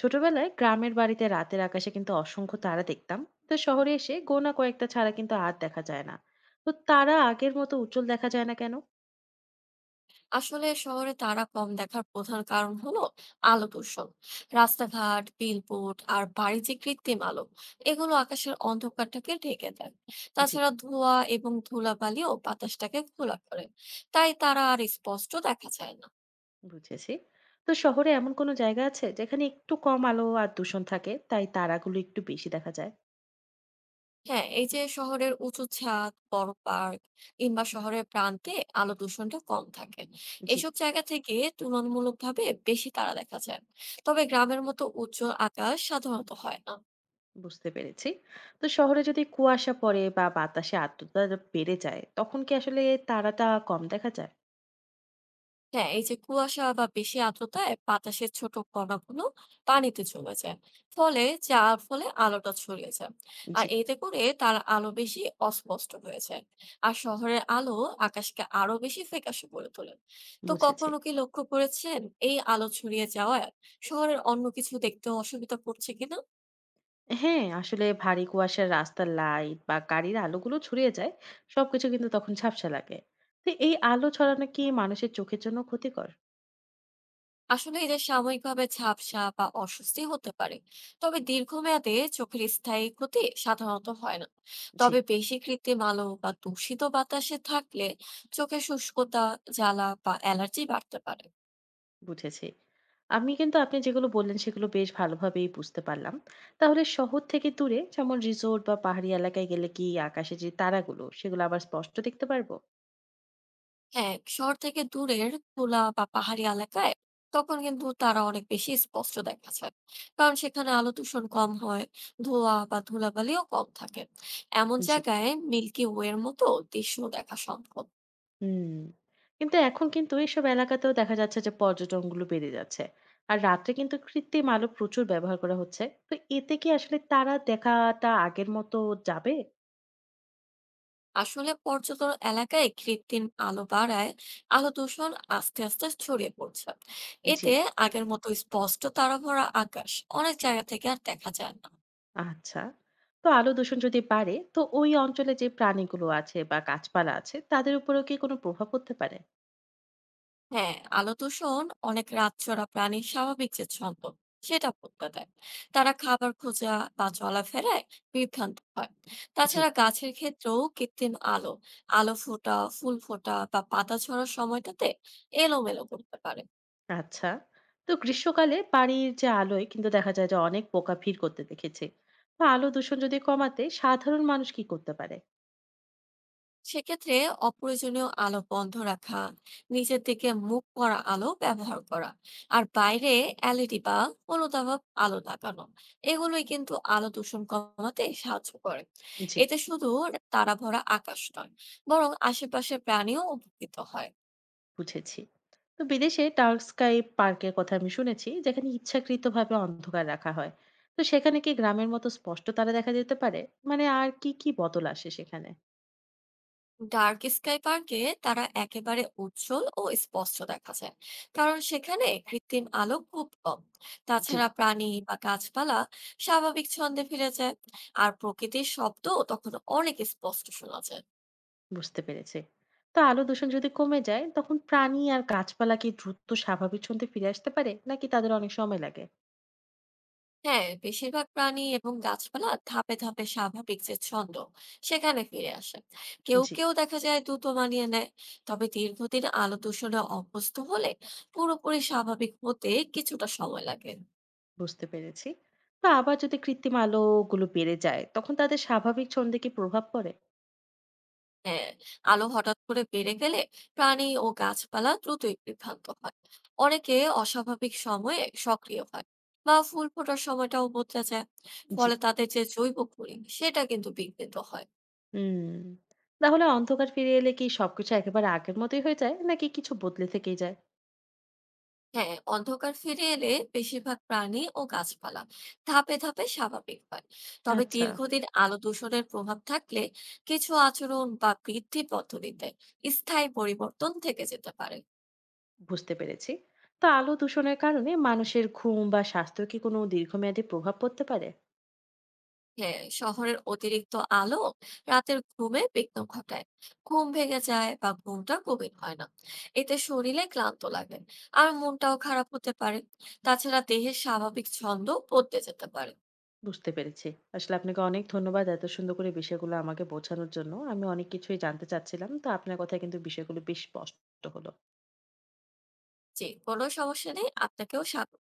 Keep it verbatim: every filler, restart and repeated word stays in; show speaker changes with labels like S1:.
S1: ছোটবেলায় গ্রামের বাড়িতে রাতের আকাশে কিন্তু অসংখ্য তারা দেখতাম। তো শহরে এসে গোনা কয়েকটা ছাড়া কিন্তু আর দেখা যায় না। তো তারা আগের মতো উজ্জ্বল দেখা যায় না কেন?
S2: আসলে শহরে তারা কম দেখার প্রধান কারণ হলো আলো দূষণ। রাস্তাঘাট, বিলবোর্ড আর বাড়ির যে কৃত্রিম আলো, এগুলো আকাশের অন্ধকারটাকে ঢেকে দেয়।
S1: জি,
S2: তাছাড়া ধোঁয়া এবং ধুলাবালিও বাতাসটাকে ঘোলা করে, তাই তারা আর স্পষ্ট দেখা যায় না।
S1: বুঝেছি। তো শহরে এমন কোনো জায়গা আছে যেখানে একটু কম আলো আর দূষণ থাকে তাই তারাগুলো একটু বেশি দেখা যায়?
S2: হ্যাঁ, এই যে শহরের উঁচু ছাদ, বড় পার্ক কিংবা শহরের প্রান্তে আলো দূষণটা কম থাকে,
S1: জি,
S2: এইসব জায়গা থেকে তুলনামূলকভাবে বেশি তারা দেখা যায়। তবে গ্রামের মতো উজ্জ্বল আকাশ সাধারণত হয় না।
S1: বুঝতে পেরেছি। তো শহরে যদি কুয়াশা পড়ে বা বাতাসে আর্দ্রতা বেড়ে যায় তখন কি আসলে তারাটা কম দেখা যায়?
S2: হ্যাঁ, এই যে কুয়াশা বা বেশি আর্দ্রতায় বাতাসের ছোট কণাগুলো পানিতে জমে যায়। ফলে যার ফলে আলোটা ছড়িয়ে যায়। আর
S1: জি,
S2: এতে করে তার আলো বেশি অস্পষ্ট হয়ে যায়। আর শহরের আলো আকাশকে আরো বেশি ফ্যাকাশে করে তোলে। তো
S1: বুঝেছি।
S2: কখনো কি লক্ষ্য করেছেন, এই আলো ছড়িয়ে যাওয়ায় শহরের অন্য কিছু দেখতে অসুবিধা পড়ছে কিনা?
S1: হ্যাঁ, আসলে ভারী কুয়াশার রাস্তার লাইট বা গাড়ির আলোগুলো ছড়িয়ে যায়, সবকিছু কিন্তু তখন ঝাপসা লাগে। তো এই আলো ছড়ানো কি মানুষের চোখের জন্য ক্ষতিকর?
S2: আসলে এদের সাময়িকভাবে ঝাপসা বা অস্বস্তি হতে পারে, তবে দীর্ঘমেয়াদে চোখের স্থায়ী ক্ষতি সাধারণত হয় না।
S1: জি,
S2: তবে বেশি কৃত্রিম আলো বা দূষিত বাতাসে থাকলে চোখে শুষ্কতা, জ্বালা বা অ্যালার্জি বাড়তে পারে।
S1: বুঝেছি। আমি কিন্তু আপনি যেগুলো বললেন সেগুলো বেশ ভালোভাবেই বুঝতে পারলাম। তাহলে শহর থেকে দূরে যেমন রিসোর্ট বা পাহাড়ি এলাকায় গেলে কি আকাশে যে তারাগুলো সেগুলো আবার স্পষ্ট দেখতে পারবো?
S2: হ্যাঁ, শহর থেকে দূরের খোলা বা পাহাড়ি এলাকায় তখন কিন্তু তারা অনেক বেশি স্পষ্ট দেখা যায়। কারণ সেখানে আলো দূষণ কম হয়, ধোঁয়া বা ধুলাবালিও কম থাকে। এমন
S1: জি।
S2: জায়গায় মিল্কি ওয়ের মতো দৃশ্য দেখা সম্ভব।
S1: হুম। কিন্তু এখন কিন্তু এইসব এলাকাতেও দেখা যাচ্ছে যে পর্যটনগুলো বেড়ে যাচ্ছে। আর রাত্রে কিন্তু কৃত্রিম আলো প্রচুর ব্যবহার করা হচ্ছে। তো এতে কি আসলে তারা দেখাটা আগের মতো যাবে?
S2: আসলে পর্যটন এলাকায় কৃত্রিম আলো বাড়ায় আলো দূষণ আস্তে আস্তে ছড়িয়ে পড়ছে।
S1: জি,
S2: এতে আগের মতো স্পষ্ট তারাভরা আকাশ অনেক জায়গা থেকে আর দেখা যায় না।
S1: আচ্ছা। তো আলো দূষণ যদি বাড়ে তো ওই অঞ্চলে যে প্রাণীগুলো আছে বা গাছপালা আছে তাদের উপরেও কি কোনো প্রভাব পড়তে পারে?
S2: হ্যাঁ, আলো দূষণ অনেক রাতচরা প্রাণীর স্বাভাবিক যে ছন্দ, সেটা বদলে দেয়। তারা খাবার খোঁজা বা চলাফেরায় বিভ্রান্ত হয়।
S1: জি,
S2: তাছাড়া গাছের ক্ষেত্রেও কৃত্রিম আলো, আলো ফোটা, ফুল ফোটা বা পাতা ঝরার সময়টাতে এলোমেলো করতে পারে।
S1: আচ্ছা। তো গ্রীষ্মকালে বাড়ির যে আলোয় কিন্তু দেখা যায় যে অনেক পোকা ভিড় করতে দেখেছি। তো আলো দূষণ যদি কমাতে সাধারণ মানুষ কি করতে পারে?
S2: সেক্ষেত্রে অপ্রয়োজনীয় আলো বন্ধ রাখা, নিচের দিকে মুখ করা আলো ব্যবহার করা, আর বাইরে এলইডি বা হলুদাভ আলো লাগানো, এগুলোই কিন্তু আলো দূষণ কমাতে সাহায্য করে।
S1: জি,
S2: এতে শুধু তারা ভরা আকাশ নয়, বরং আশেপাশের প্রাণীও উপকৃত হয়।
S1: বুঝেছি। তো বিদেশে ডার্ক স্কাই পার্কের কথা আমি শুনেছি, যেখানে ইচ্ছাকৃতভাবে অন্ধকার রাখা হয়। তো সেখানে কি গ্রামের মতো স্পষ্ট তারা দেখা যেতে পারে? মানে আর কি, কি বদল আসে সেখানে?
S2: ডার্ক স্কাই পার্কে তারা একেবারে উজ্জ্বল ও স্পষ্ট দেখা যায়, কারণ সেখানে কৃত্রিম আলো খুব কম।
S1: জি,
S2: তাছাড়া প্রাণী বা গাছপালা স্বাভাবিক ছন্দে ফিরে যায়, আর প্রকৃতির শব্দ তখন অনেক স্পষ্ট শোনা যায়।
S1: বুঝতে পেরেছি। তো আলো দূষণ যদি কমে যায়, তখন প্রাণী আর গাছপালা কি দ্রুত স্বাভাবিক ছন্দে ফিরে আসতে পারে, নাকি তাদের অনেক সময় লাগে?
S2: হ্যাঁ, বেশিরভাগ প্রাণী এবং গাছপালা ধাপে ধাপে স্বাভাবিক যে ছন্দ, সেখানে ফিরে আসে। কেউ
S1: জি,
S2: কেউ দেখা যায় দ্রুত মানিয়ে নেয়। তবে দীর্ঘদিন আলো দূষণে অভ্যস্ত হলে পুরোপুরি স্বাভাবিক হতে কিছুটা সময় লাগে।
S1: বুঝতে পেরেছি। তো আবার যদি কৃত্রিম আলোগুলো বেড়ে যায়, তখন তাদের স্বাভাবিক ছন্দে কি প্রভাব পড়ে?
S2: হ্যাঁ, আলো হঠাৎ করে বেড়ে গেলে প্রাণী ও গাছপালা দ্রুতই বিভ্রান্ত হয়। অনেকে অস্বাভাবিক সময়ে সক্রিয় হয় বা ফুল ফোটার সময়টাও বদলে যায়।
S1: জি।
S2: ফলে তাদের যে জৈব পরিবেশ, সেটা কিন্তু বিঘ্নিত হয়।
S1: হুম। তাহলে অন্ধকার ফিরে এলে কি সবকিছু একেবারে আগের মতোই হয়ে যায়? নাকি কিছু বদলে থেকেই যায়?
S2: হ্যাঁ, অন্ধকার ফিরে এলে বেশিরভাগ প্রাণী ও গাছপালা ধাপে ধাপে স্বাভাবিক হয়। তবে
S1: আচ্ছা,
S2: দীর্ঘদিন আলো দূষণের প্রভাব থাকলে কিছু আচরণ বা বৃদ্ধি পদ্ধতিতে স্থায়ী পরিবর্তন থেকে যেতে পারে।
S1: বুঝতে পেরেছি। তো আলো দূষণের কারণে মানুষের ঘুম বা স্বাস্থ্য কি কোনো দীর্ঘমেয়াদী প্রভাব পড়তে পারে?
S2: হ্যাঁ, শহরের অতিরিক্ত আলো রাতের ঘুমে বিঘ্ন ঘটায়। ঘুম ভেঙে যায় বা ঘুমটা গভীর হয় না। এতে শরীরে ক্লান্ত লাগে আর মনটাও খারাপ হতে পারে। তাছাড়া দেহের স্বাভাবিক ছন্দ বদলে যেতে পারে।
S1: বুঝতে পেরেছি। আসলে আপনাকে অনেক ধন্যবাদ এত সুন্দর করে বিষয়গুলো আমাকে বোঝানোর জন্য। আমি অনেক কিছুই জানতে চাচ্ছিলাম। তো আপনার কথায় কিন্তু বিষয়গুলো বেশ স্পষ্ট হলো।
S2: যে কোনো সমস্যা নেই, আপনাকেও স্বাগত।